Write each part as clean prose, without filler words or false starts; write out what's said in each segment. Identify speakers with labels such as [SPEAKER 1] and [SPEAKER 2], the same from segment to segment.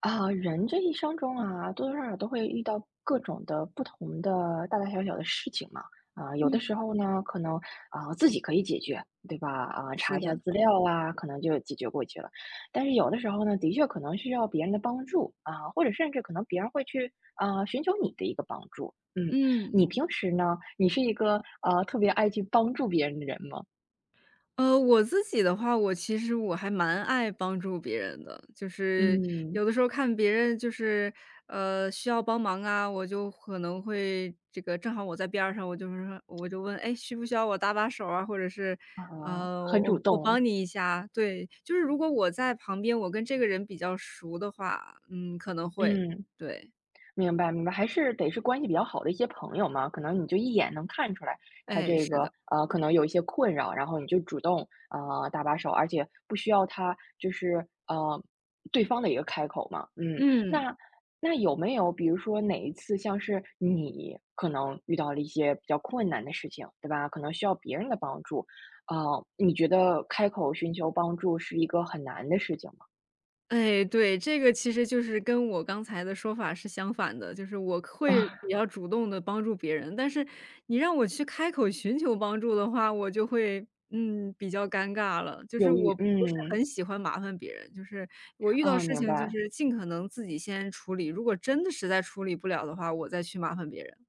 [SPEAKER 1] 啊，人这一生中啊，多多少少都会遇到各种的不同的大大小小的事情嘛。啊、有的
[SPEAKER 2] 嗯，
[SPEAKER 1] 时候呢，可能啊、自己可以解决，对吧？啊、
[SPEAKER 2] 是
[SPEAKER 1] 查一下
[SPEAKER 2] 的，
[SPEAKER 1] 资料啊，可能就解决过去了。但是有的时候呢，的确可能需要别人的帮助啊、或者甚至可能别人会去啊、寻求你的一个帮助。嗯，你
[SPEAKER 2] 嗯，
[SPEAKER 1] 平时呢，你是一个特别爱去帮助别人的人吗？
[SPEAKER 2] 我自己的话，我其实还蛮爱帮助别人的，就是
[SPEAKER 1] 嗯，
[SPEAKER 2] 有的时候看别人就是需要帮忙啊，我就可能会这个正好我在边儿上，我就是说我就问，哎，需不需要我搭把手啊，或者是
[SPEAKER 1] 啊、
[SPEAKER 2] 呃
[SPEAKER 1] 很
[SPEAKER 2] 我
[SPEAKER 1] 主
[SPEAKER 2] 我
[SPEAKER 1] 动。
[SPEAKER 2] 帮你一下，对，就是如果我在旁边，我跟这个人比较熟的话，嗯，可能会，
[SPEAKER 1] 嗯。
[SPEAKER 2] 对，
[SPEAKER 1] 明白明白，还是得是关系比较好的一些朋友嘛，可能你就一眼能看出来他
[SPEAKER 2] 哎，
[SPEAKER 1] 这
[SPEAKER 2] 是
[SPEAKER 1] 个
[SPEAKER 2] 的，
[SPEAKER 1] 可能有一些困扰，然后你就主动搭把手，而且不需要他就是对方的一个开口嘛，嗯，
[SPEAKER 2] 嗯。
[SPEAKER 1] 那有没有比如说哪一次像是你可能遇到了一些比较困难的事情，对吧？可能需要别人的帮助，你觉得开口寻求帮助是一个很难的事情吗？
[SPEAKER 2] 哎，对，这个其实就是跟我刚才的说法是相反的，就是我 会
[SPEAKER 1] 啊，
[SPEAKER 2] 比较主动的帮助别人，但是你让我去开口寻求帮助的话，我就会，嗯，比较尴尬了。就是
[SPEAKER 1] 犹
[SPEAKER 2] 我
[SPEAKER 1] 豫，
[SPEAKER 2] 不是
[SPEAKER 1] 嗯，
[SPEAKER 2] 很喜欢麻烦别人，就是我遇到
[SPEAKER 1] 啊，
[SPEAKER 2] 事
[SPEAKER 1] 明
[SPEAKER 2] 情就
[SPEAKER 1] 白。
[SPEAKER 2] 是尽可能自己先处理，如果真的实在处理不了的话，我再去麻烦别人。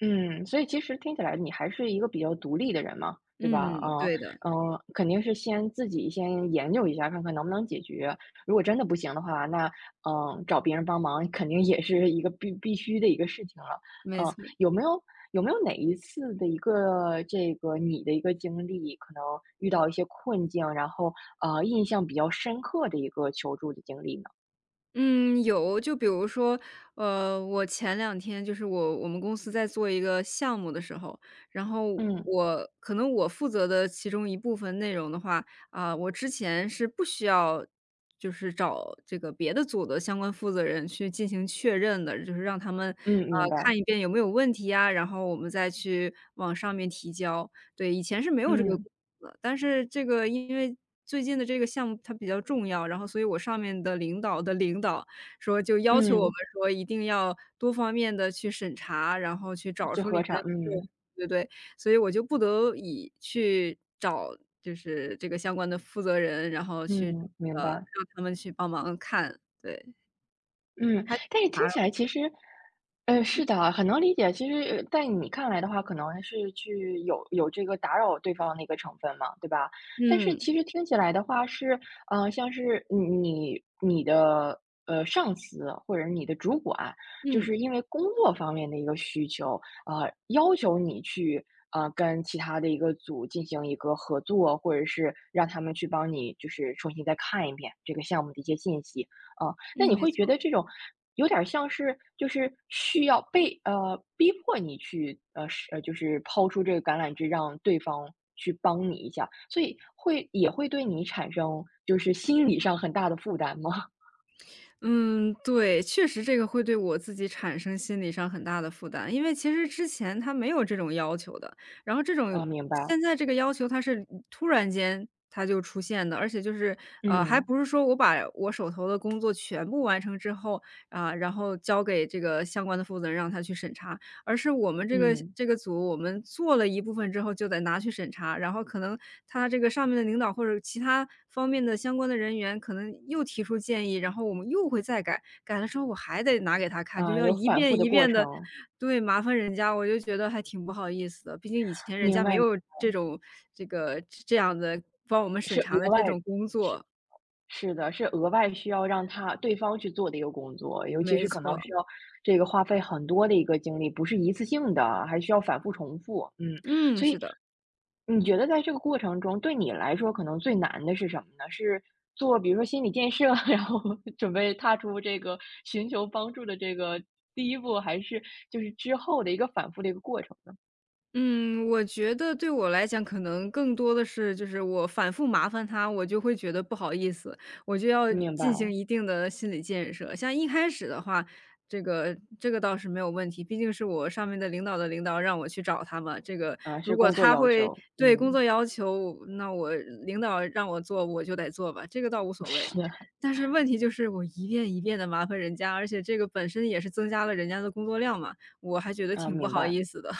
[SPEAKER 1] 嗯，所以其实听起来你还是一个比较独立的人嘛，对
[SPEAKER 2] 嗯，
[SPEAKER 1] 吧？啊，
[SPEAKER 2] 对的，
[SPEAKER 1] 嗯，肯定是先自己先研究一下，看看能不能解决。如果真的不行的话，那嗯，找别人帮忙肯定也是一个必须的一个事情了。
[SPEAKER 2] 没错。
[SPEAKER 1] 嗯，有没有有没有哪一次的一个这个你的一个经历，可能遇到一些困境，然后印象比较深刻的一个求助的经历呢？
[SPEAKER 2] 嗯，有，就比如说，我前两天就是我们公司在做一个项目的时候，然后
[SPEAKER 1] 嗯
[SPEAKER 2] 我可能负责的其中一部分内容的话，啊、我之前是不需要就是找这个别的组的相关负责人去进行确认的，就是让他们
[SPEAKER 1] 嗯，明
[SPEAKER 2] 看
[SPEAKER 1] 白。
[SPEAKER 2] 一遍有没有问题啊，然后我们再去往上面提交。对，以前是没有这个。
[SPEAKER 1] 嗯
[SPEAKER 2] 的但是这个因为最近的这个项目它比较重要，然后所以我上面的领导的领导说就要求我们
[SPEAKER 1] 嗯，
[SPEAKER 2] 说一定要多方面的去审查，然后去找
[SPEAKER 1] 是
[SPEAKER 2] 出里
[SPEAKER 1] 核
[SPEAKER 2] 面
[SPEAKER 1] 查。
[SPEAKER 2] 的错误，
[SPEAKER 1] 嗯
[SPEAKER 2] 对对。所以我就不得已去找就是这个相关的负责人，然后去
[SPEAKER 1] 嗯，明白。
[SPEAKER 2] 让他们去帮忙看，对，
[SPEAKER 1] 嗯，
[SPEAKER 2] 还
[SPEAKER 1] 但是
[SPEAKER 2] 挺
[SPEAKER 1] 听
[SPEAKER 2] 烦。
[SPEAKER 1] 起来其实，是的，很能理解。其实，在你看来的话，可能是去有这个打扰对方的一个成分嘛，对吧？但是
[SPEAKER 2] 嗯，
[SPEAKER 1] 其实听起来的话是，像是你的上司或者你的主管，就
[SPEAKER 2] 嗯，
[SPEAKER 1] 是因为工作方面的一个需求，要求你去跟其他的一个组进行一个合作，或者是让他们去帮你就是重新再看一遍这个项目的一些信息。那
[SPEAKER 2] 嗯，
[SPEAKER 1] 你
[SPEAKER 2] 没
[SPEAKER 1] 会觉
[SPEAKER 2] 错。
[SPEAKER 1] 得这种有点儿像是就是需要被逼迫你去是就是抛出这个橄榄枝，让对方去帮你一下，所以会也会对你产生就是心理上很大的负担吗？
[SPEAKER 2] 嗯，对，确实这个会对我自己产生心理上很大的负担，因为其实之前他没有这种要求的，然后这种
[SPEAKER 1] 啊，明白，
[SPEAKER 2] 现在这个要求它是突然间它就出现的，而且就是，还
[SPEAKER 1] 嗯
[SPEAKER 2] 不是说我把我手头的工作全部完成之后，啊，然后交给这个相关的负责人让他去审查。而是我们这个
[SPEAKER 1] 嗯，
[SPEAKER 2] 这个组，我们做了一部分之后就得拿去审查，然后可能他这个上面的领导或者其他方面的相关的人员可能又提出建议，然后我们又会再改，改了之后我还得拿给他看，就
[SPEAKER 1] 啊，
[SPEAKER 2] 要
[SPEAKER 1] 有
[SPEAKER 2] 一
[SPEAKER 1] 反复
[SPEAKER 2] 遍
[SPEAKER 1] 的
[SPEAKER 2] 一
[SPEAKER 1] 过
[SPEAKER 2] 遍的，
[SPEAKER 1] 程，
[SPEAKER 2] 对，麻烦人家，我就觉得还挺不好意思的。毕竟以前人家
[SPEAKER 1] 明
[SPEAKER 2] 没
[SPEAKER 1] 白，
[SPEAKER 2] 有这种这个这样的帮我们审
[SPEAKER 1] 是
[SPEAKER 2] 查的
[SPEAKER 1] 额
[SPEAKER 2] 这
[SPEAKER 1] 外，
[SPEAKER 2] 种工
[SPEAKER 1] 是
[SPEAKER 2] 作，
[SPEAKER 1] 是的，是额外需要让他对方去做的一个工作，尤其
[SPEAKER 2] 没
[SPEAKER 1] 是可能
[SPEAKER 2] 错，
[SPEAKER 1] 需要这个花费很多的一个精力，不是一次性的，还需要反复重复。嗯，
[SPEAKER 2] 嗯，
[SPEAKER 1] 所
[SPEAKER 2] 是
[SPEAKER 1] 以
[SPEAKER 2] 的。
[SPEAKER 1] 你觉得在这个过程中，对你来说可能最难的是什么呢？是做比如说心理建设，然后准备踏出这个寻求帮助的这个第一步，还是就是之后的一个反复的一个过程呢？
[SPEAKER 2] 嗯，我觉得对我来讲，可能更多的是就是我反复麻烦他，我就会觉得不好意思，我就要
[SPEAKER 1] 明白，
[SPEAKER 2] 进行一定的心理建设。像一开始的话，这个倒是没有问题，毕竟是我上面的领导的领导让我去找他嘛。这个
[SPEAKER 1] 啊，
[SPEAKER 2] 如
[SPEAKER 1] 是
[SPEAKER 2] 果
[SPEAKER 1] 工作
[SPEAKER 2] 他
[SPEAKER 1] 要
[SPEAKER 2] 会
[SPEAKER 1] 求，
[SPEAKER 2] 对工
[SPEAKER 1] 嗯，
[SPEAKER 2] 作要求，那我领导让我做，我就得做吧，这个倒无 所谓。
[SPEAKER 1] 是的，
[SPEAKER 2] 但是问题就是我一遍一遍的麻烦人家，而且这个本身也是增加了人家的工作量嘛，我还觉得
[SPEAKER 1] 啊，
[SPEAKER 2] 挺不
[SPEAKER 1] 明
[SPEAKER 2] 好
[SPEAKER 1] 白。
[SPEAKER 2] 意思的。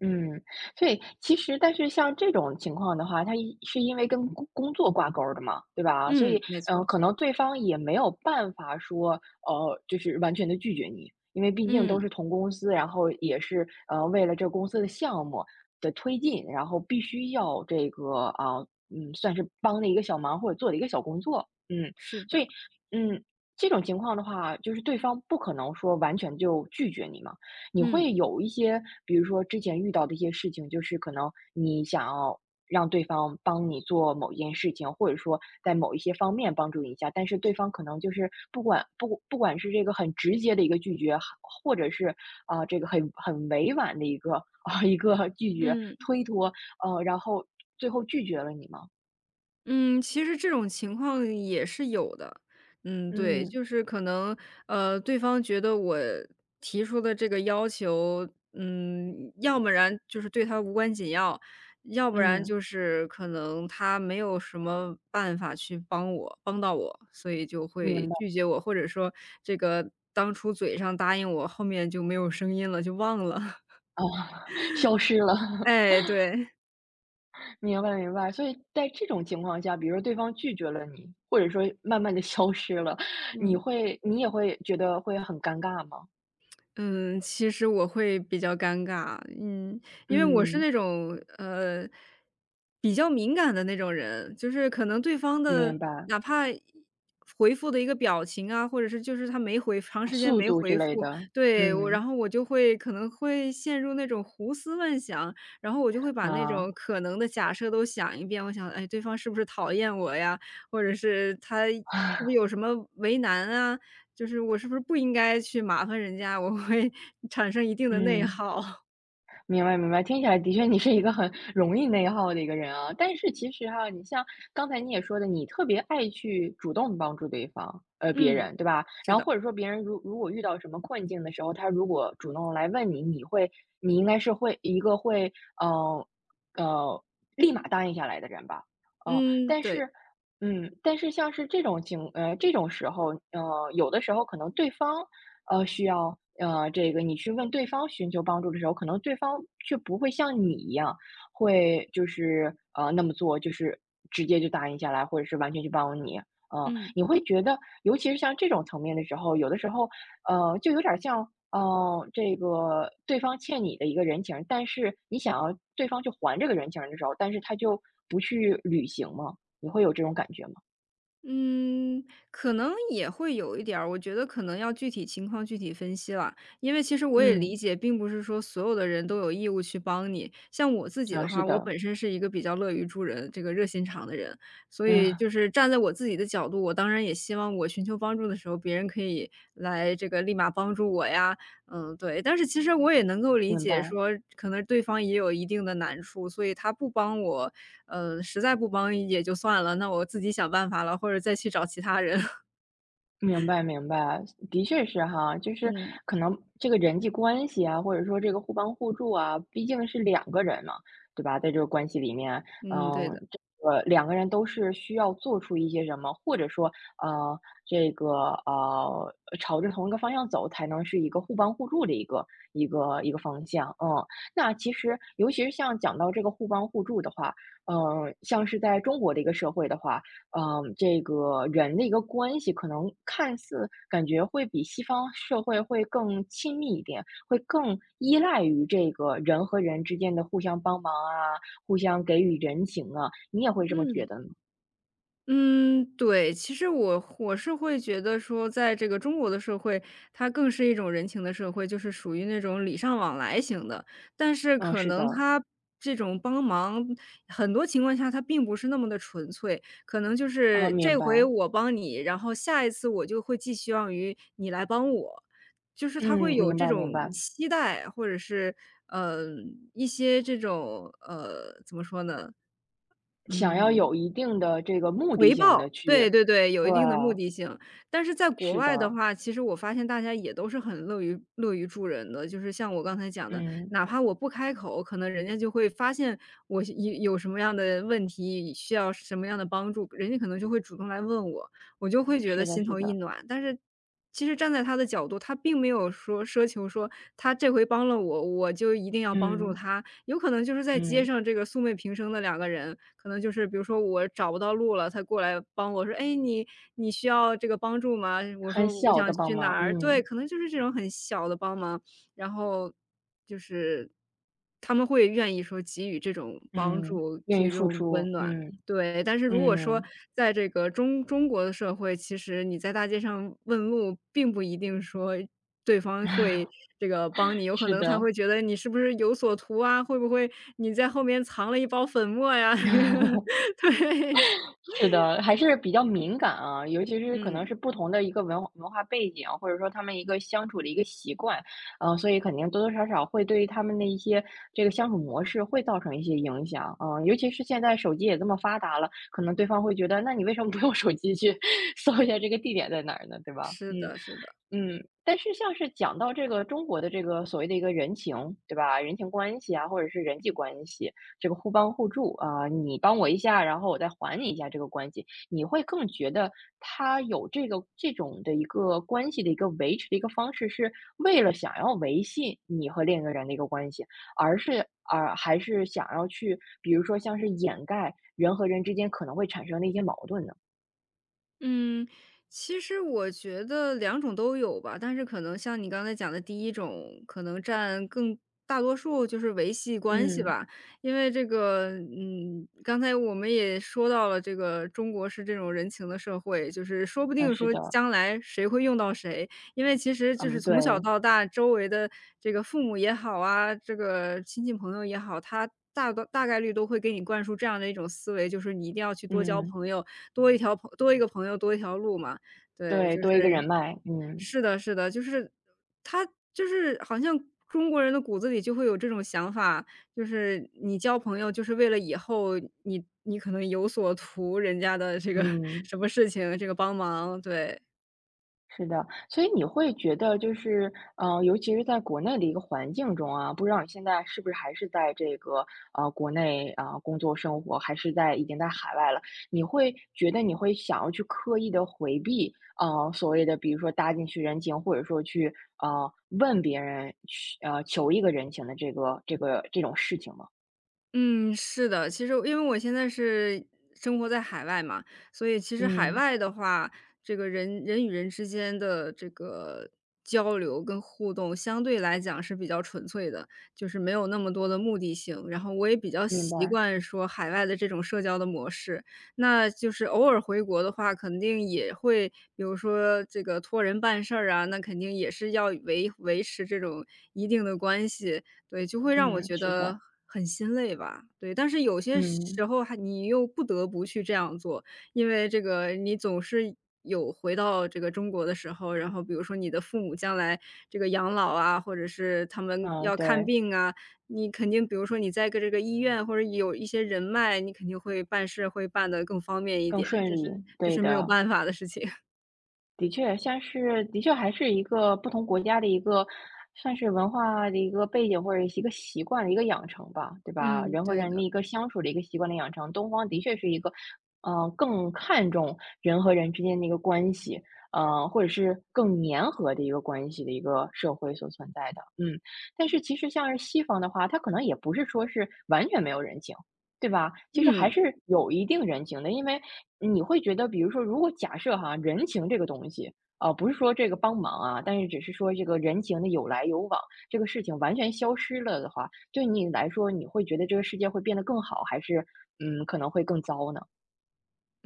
[SPEAKER 1] 嗯，所以其实但是像这种情况的话，它一是因为跟工作挂钩儿的嘛，对吧？所以，
[SPEAKER 2] 嗯，没
[SPEAKER 1] 嗯，
[SPEAKER 2] 错，
[SPEAKER 1] 可能对方也没有办法说，就是完全的拒绝你，因为毕竟
[SPEAKER 2] 嗯，
[SPEAKER 1] 都是同公司，然后也是，为了这公司的项目的推进，然后必须要这个啊，嗯，算是帮的一个小忙或者做的一个小工作，嗯。
[SPEAKER 2] 是
[SPEAKER 1] 所
[SPEAKER 2] 的，
[SPEAKER 1] 以，嗯，这种情况的话，就是对方不可能说完全就拒绝你嘛，你
[SPEAKER 2] 嗯，
[SPEAKER 1] 会有一些，比如说之前遇到的一些事情，就是可能你想要让对方帮你做某一件事情，或者说在某一些方面帮助你一下，但是对方可能就是不管不不管是这个很直接的一个拒绝，或者是啊、这个很委婉的一个啊、一个拒绝
[SPEAKER 2] 嗯，
[SPEAKER 1] 推脱，然后最后拒绝了你吗？
[SPEAKER 2] 嗯，其实这种情况也是有的。嗯，对，
[SPEAKER 1] 嗯
[SPEAKER 2] 就是可能，对方觉得我提出的这个要求，嗯，要不然就是对他无关紧要，要不然
[SPEAKER 1] 嗯，
[SPEAKER 2] 就是可能他没有什么办法去帮到我，所以就会
[SPEAKER 1] 明白
[SPEAKER 2] 拒绝我，或者说这个当初嘴上答应我，后面就没有声音了，就忘了。
[SPEAKER 1] 啊，消失了。
[SPEAKER 2] 哎，对，
[SPEAKER 1] 明白明白，所以在这种情况下，比如说对方拒绝了你，或者说 慢慢的消失了，你
[SPEAKER 2] 嗯。
[SPEAKER 1] 会你也会觉得会很尴尬吗？
[SPEAKER 2] 嗯，其实我会比较尴尬，嗯，因为我是
[SPEAKER 1] 嗯，
[SPEAKER 2] 那种比较敏感的那种人，就是可能对方的
[SPEAKER 1] 明白，
[SPEAKER 2] 哪怕回复的一个表情啊，或者是就是他没回长时间
[SPEAKER 1] 速
[SPEAKER 2] 没
[SPEAKER 1] 度之
[SPEAKER 2] 回
[SPEAKER 1] 类
[SPEAKER 2] 复，
[SPEAKER 1] 的，
[SPEAKER 2] 对我，然
[SPEAKER 1] 嗯，
[SPEAKER 2] 后我就会可能会陷入那种胡思乱想，然后我就会把那
[SPEAKER 1] 啊，
[SPEAKER 2] 种可能的假设都想一遍，我想，哎，对方是不是讨厌我呀，或者是他。是不是 有什么为难啊？就是我是不是不应该去麻烦人家，我会 产生一定的内
[SPEAKER 1] 嗯。
[SPEAKER 2] 耗。
[SPEAKER 1] 明白明白，听起来的确你是一个很容易内耗的一个人啊。但是其实哈，你像刚才你也说的，你特别爱去主动帮助对方，别
[SPEAKER 2] 嗯。
[SPEAKER 1] 人，对吧？
[SPEAKER 2] 是
[SPEAKER 1] 然后
[SPEAKER 2] 的，
[SPEAKER 1] 或者说别人如果遇到什么困境的时候，他如果主动来问你，你会，你应该是会一个会，呃，呃，立马答应下来的人吧？嗯、
[SPEAKER 2] 嗯，
[SPEAKER 1] 但
[SPEAKER 2] 对。
[SPEAKER 1] 是。嗯，但是像是这种情，这种时候，有的时候可能对方需要这个你去问对方寻求帮助的时候，可能对方却不会像你一样，会就是那么做，就是直接就答应下来，或者是完全去帮你。
[SPEAKER 2] 嗯。
[SPEAKER 1] 你会觉得，尤其是像这种层面的时候，有的时候就有点儿像这个对方欠你的一个人情儿，但是你想要对方去还这个人情儿的时候，但是他就不去履行嘛，你会有这种感觉吗？
[SPEAKER 2] 嗯，可能也会有一点儿，我觉得可能要具体情况具体分析了，因为其实我也
[SPEAKER 1] 嗯，
[SPEAKER 2] 理解，并不是说所有的人都有义务去帮你。像我自己的
[SPEAKER 1] 啊，是
[SPEAKER 2] 话，我
[SPEAKER 1] 的，
[SPEAKER 2] 本身是一个比较乐于助人、这个热心肠的人，所以
[SPEAKER 1] 嗯，
[SPEAKER 2] 就是站在我自己的角度，我当然也希望我寻求帮助的时候，别人可以来这个立马帮助我呀。嗯，对。但是其实我也能够理
[SPEAKER 1] 明
[SPEAKER 2] 解
[SPEAKER 1] 白。
[SPEAKER 2] 说，可能对方也有一定的难处，所以他不帮我，实在不帮也就算了，那我自己想办法了，或者再去找其他人。
[SPEAKER 1] 明白明白，的确是哈，就是
[SPEAKER 2] 嗯，
[SPEAKER 1] 可能这个人际关系啊，或者说这个互帮互助啊，毕竟是两个人嘛，对吧？在这个关系里面，
[SPEAKER 2] 嗯，对
[SPEAKER 1] 嗯，
[SPEAKER 2] 的。
[SPEAKER 1] 这个两个人都是需要做出一些什么，或者说，呃，这个呃，朝着同一个方向走，才能是一个互帮互助的一个方向。嗯，那其实尤其是像讲到这个互帮互助的话，嗯，像是在中国的一个社会的话。嗯，这个人的一个关系，可能看似感觉会比西方社会会更亲密一点，会更依赖于这个人和人之间的互相帮忙啊，互相给予人情啊，你也会这么觉
[SPEAKER 2] 嗯。
[SPEAKER 1] 得吗？
[SPEAKER 2] 嗯，对，其实我是会觉得说，在这个中国的社会，它更是一种人情的社会，就是属于那种礼尚往来型的。但是
[SPEAKER 1] 嗯，
[SPEAKER 2] 可
[SPEAKER 1] 是的，
[SPEAKER 2] 能他这种帮忙，很多情况下他并不是那么的纯粹，可能就
[SPEAKER 1] 嗯，
[SPEAKER 2] 是
[SPEAKER 1] 明
[SPEAKER 2] 这回
[SPEAKER 1] 白，
[SPEAKER 2] 我帮你，然后下一次我就会寄希望于你来帮我，就是他会
[SPEAKER 1] 嗯，
[SPEAKER 2] 有
[SPEAKER 1] 明
[SPEAKER 2] 这
[SPEAKER 1] 白明
[SPEAKER 2] 种
[SPEAKER 1] 白，
[SPEAKER 2] 期待，或者是呃一些这种怎么说呢？
[SPEAKER 1] 想要
[SPEAKER 2] 嗯，
[SPEAKER 1] 有一定的这个目的性的去，
[SPEAKER 2] 对对对，有
[SPEAKER 1] 对，
[SPEAKER 2] 一定的目的性。但是在国
[SPEAKER 1] 是
[SPEAKER 2] 外的
[SPEAKER 1] 的，
[SPEAKER 2] 话，其实我发现大家也都是很乐于助人的，就是像我刚才讲的，
[SPEAKER 1] 嗯，
[SPEAKER 2] 哪怕我不开口，可能人家就会发现我有什么样的问题，需要什么样的帮助，人家可能就会主动来问我。我就会觉得
[SPEAKER 1] 是的
[SPEAKER 2] 心
[SPEAKER 1] 是
[SPEAKER 2] 头一
[SPEAKER 1] 的，
[SPEAKER 2] 暖。但是其实站在他的角度，他并没有说奢求说他这回帮了我，我就一定要帮助
[SPEAKER 1] 嗯
[SPEAKER 2] 他。有可能就是在街
[SPEAKER 1] 嗯，
[SPEAKER 2] 上这个素昧平生的两个人，可能就是比如说我找不到路了，他过来帮我说："哎，你需要这个帮助吗？"我
[SPEAKER 1] 很
[SPEAKER 2] 说："我
[SPEAKER 1] 小
[SPEAKER 2] 想
[SPEAKER 1] 的帮
[SPEAKER 2] 去哪
[SPEAKER 1] 忙，
[SPEAKER 2] 儿。"对，
[SPEAKER 1] 嗯
[SPEAKER 2] 可能就是这种很小的帮忙，然后就是他们会愿意说给予这种帮
[SPEAKER 1] 嗯，
[SPEAKER 2] 助，
[SPEAKER 1] 愿
[SPEAKER 2] 给
[SPEAKER 1] 意
[SPEAKER 2] 予这
[SPEAKER 1] 付
[SPEAKER 2] 种
[SPEAKER 1] 出，
[SPEAKER 2] 温暖。
[SPEAKER 1] 嗯。
[SPEAKER 2] 对，但是如果说
[SPEAKER 1] 嗯，
[SPEAKER 2] 在这个中国的社会，其实你在大街上问路，并不一定说对方会这个帮你，有可
[SPEAKER 1] 是
[SPEAKER 2] 能他
[SPEAKER 1] 的，
[SPEAKER 2] 会觉得你是不是有所图啊？会不会你在后面藏了一包粉末呀？对，
[SPEAKER 1] 是的，还是比较敏感啊，尤其是可能是
[SPEAKER 2] 嗯，
[SPEAKER 1] 不同的一个文化背景，或者说他们一个相处的一个习惯，嗯，所以肯定多多少少会对于他们的一些这个相处模式会造成一些影响，嗯、尤其是现在手机也这么发达了，可能对方会觉得，那你为什么不用手机去 搜一下这个地点在哪儿呢，对吧？
[SPEAKER 2] 是
[SPEAKER 1] 嗯，
[SPEAKER 2] 的，是的。
[SPEAKER 1] 嗯，但是像是讲到这个中国的这个所谓的一个人情，对吧？人情关系啊，或者是人际关系，这个互帮互助啊，你帮我一下，然后我再还你一下，这个关系，你会更觉得他有这个这种的一个关系的一个维持的一个方式，是为了想要维系你和另一个人的一个关系，而是而还是想要去，比如说像是掩盖人和人之间可能会产生的一些矛盾呢？
[SPEAKER 2] 嗯，其实我觉得两种都有吧，但是可能像你刚才讲的第一种，可能占更大多数，就是维系关系
[SPEAKER 1] 嗯，
[SPEAKER 2] 吧。因为这个，嗯，刚才我们也说到了，这个中国是这种人情的社会，就是说不
[SPEAKER 1] 啊，
[SPEAKER 2] 定
[SPEAKER 1] 是
[SPEAKER 2] 说
[SPEAKER 1] 的，
[SPEAKER 2] 将来谁会用到谁，因为其实就是
[SPEAKER 1] 嗯，对，
[SPEAKER 2] 从小到大，周围的这个父母也好啊，这个亲戚朋友也好，他。大概率都会给你灌输这样的一种思维，就是你一定要去多交
[SPEAKER 1] 嗯。
[SPEAKER 2] 朋友，多一个朋友多一条路嘛。对，
[SPEAKER 1] 对，
[SPEAKER 2] 就
[SPEAKER 1] 多一个
[SPEAKER 2] 是
[SPEAKER 1] 人脉，嗯，
[SPEAKER 2] 是的是的，就是他就是好像中国人的骨子里就会有这种想法，就是你交朋友就是为了以后你可能有所图人家的这个
[SPEAKER 1] 嗯，
[SPEAKER 2] 什么事情，这个帮忙，对。
[SPEAKER 1] 是的。所以你会觉得就是，尤其是在国内的一个环境中啊，不知道你现在是不是还是在这个，国内啊，工作生活，还是在已经在海外了，你会觉得你会想要去刻意的回避，所谓的比如说搭进去人情，或者说去，问别人去，求一个人情的这个这个这种事情吗？
[SPEAKER 2] 嗯，是的，其实因为我现在是生活在海外嘛，所以其实海
[SPEAKER 1] 嗯，
[SPEAKER 2] 外的话，这个人与人之间的这个交流跟互动相对来讲是比较纯粹的，就是没有那么多的目的性。然后我也比较
[SPEAKER 1] 明
[SPEAKER 2] 习
[SPEAKER 1] 白，
[SPEAKER 2] 惯说海外的这种社交的模式，那就是偶尔回国的话，肯定也会，比如说这个托人办事儿啊，那肯定也是要维持这种一定的关系。对，就会让我
[SPEAKER 1] 嗯，
[SPEAKER 2] 觉
[SPEAKER 1] 是
[SPEAKER 2] 得
[SPEAKER 1] 的，
[SPEAKER 2] 很心累吧。对，但是有些
[SPEAKER 1] 嗯，
[SPEAKER 2] 时候还你又不得不去这样做，因为这个你总是有回到这个中国的时候，然后比如说你的父母将来这个养老啊，或者是他们
[SPEAKER 1] 啊，
[SPEAKER 2] 要看
[SPEAKER 1] 对。
[SPEAKER 2] 病啊，你肯定比如说你在个这个医院或者有一些人脉，你肯定会办事会办得更方便一
[SPEAKER 1] 更
[SPEAKER 2] 点，
[SPEAKER 1] 顺利，
[SPEAKER 2] 这
[SPEAKER 1] 对
[SPEAKER 2] 是没有
[SPEAKER 1] 的，
[SPEAKER 2] 办法的事情。
[SPEAKER 1] 的确，像是的确还是一个不同国家的一个，算是文化的一个背景或者一个习惯的一个养成吧，对吧？
[SPEAKER 2] 嗯，
[SPEAKER 1] 人和
[SPEAKER 2] 对
[SPEAKER 1] 人的
[SPEAKER 2] 的，
[SPEAKER 1] 一个相处的一个习惯的养成，东方的确是一个，更看重人和人之间的一个关系，或者是更粘合的一个关系的一个社会所存在的，嗯。但是其实像是西方的话，它可能也不是说是完全没有人情，对吧？其实还
[SPEAKER 2] 嗯。
[SPEAKER 1] 是有一定人情的，因为你会觉得，比如说，如果假设哈，人情这个东西，啊、不是说这个帮忙啊，但是只是说这个人情的有来有往，这个事情完全消失了的话，对你来说，你会觉得这个世界会变得更好，还是可能会更糟呢？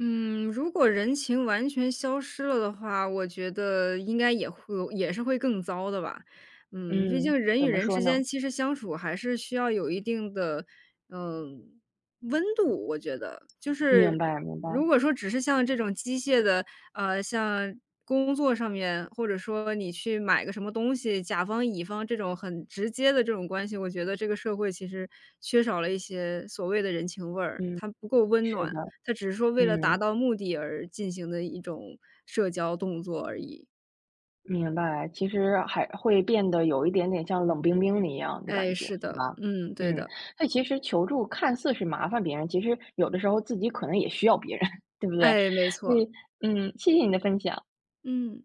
[SPEAKER 2] 嗯，如果人情完全消失了的话，我觉得应该也是会更糟的吧。嗯，毕
[SPEAKER 1] 嗯，
[SPEAKER 2] 竟人与
[SPEAKER 1] 怎么
[SPEAKER 2] 人
[SPEAKER 1] 说
[SPEAKER 2] 之间
[SPEAKER 1] 呢？
[SPEAKER 2] 其实相处还是需要有一定的，嗯，温度。我觉得，就是
[SPEAKER 1] 明白，明白，
[SPEAKER 2] 如果说只是像这种机械的，像工作上面，或者说你去买个什么东西，甲方乙方这种很直接的这种关系，我觉得这个社会其实缺少了一些所谓的人情味儿，
[SPEAKER 1] 嗯，
[SPEAKER 2] 它不够温
[SPEAKER 1] 是
[SPEAKER 2] 暖。
[SPEAKER 1] 的，
[SPEAKER 2] 它只是说为了达
[SPEAKER 1] 嗯。
[SPEAKER 2] 到目的而进行的一种社交动作而已。
[SPEAKER 1] 明白，其实还会变得有一点点像冷冰冰的一样的感
[SPEAKER 2] 哎，
[SPEAKER 1] 觉，
[SPEAKER 2] 是
[SPEAKER 1] 对
[SPEAKER 2] 的，
[SPEAKER 1] 吧？
[SPEAKER 2] 嗯，对
[SPEAKER 1] 嗯，
[SPEAKER 2] 的，
[SPEAKER 1] 那其实求助看似是麻烦别人，其实有的时候自己可能也需要别人，对不对？
[SPEAKER 2] 哎，没
[SPEAKER 1] 所
[SPEAKER 2] 错，
[SPEAKER 1] 以，嗯，谢谢你的分享。
[SPEAKER 2] 嗯。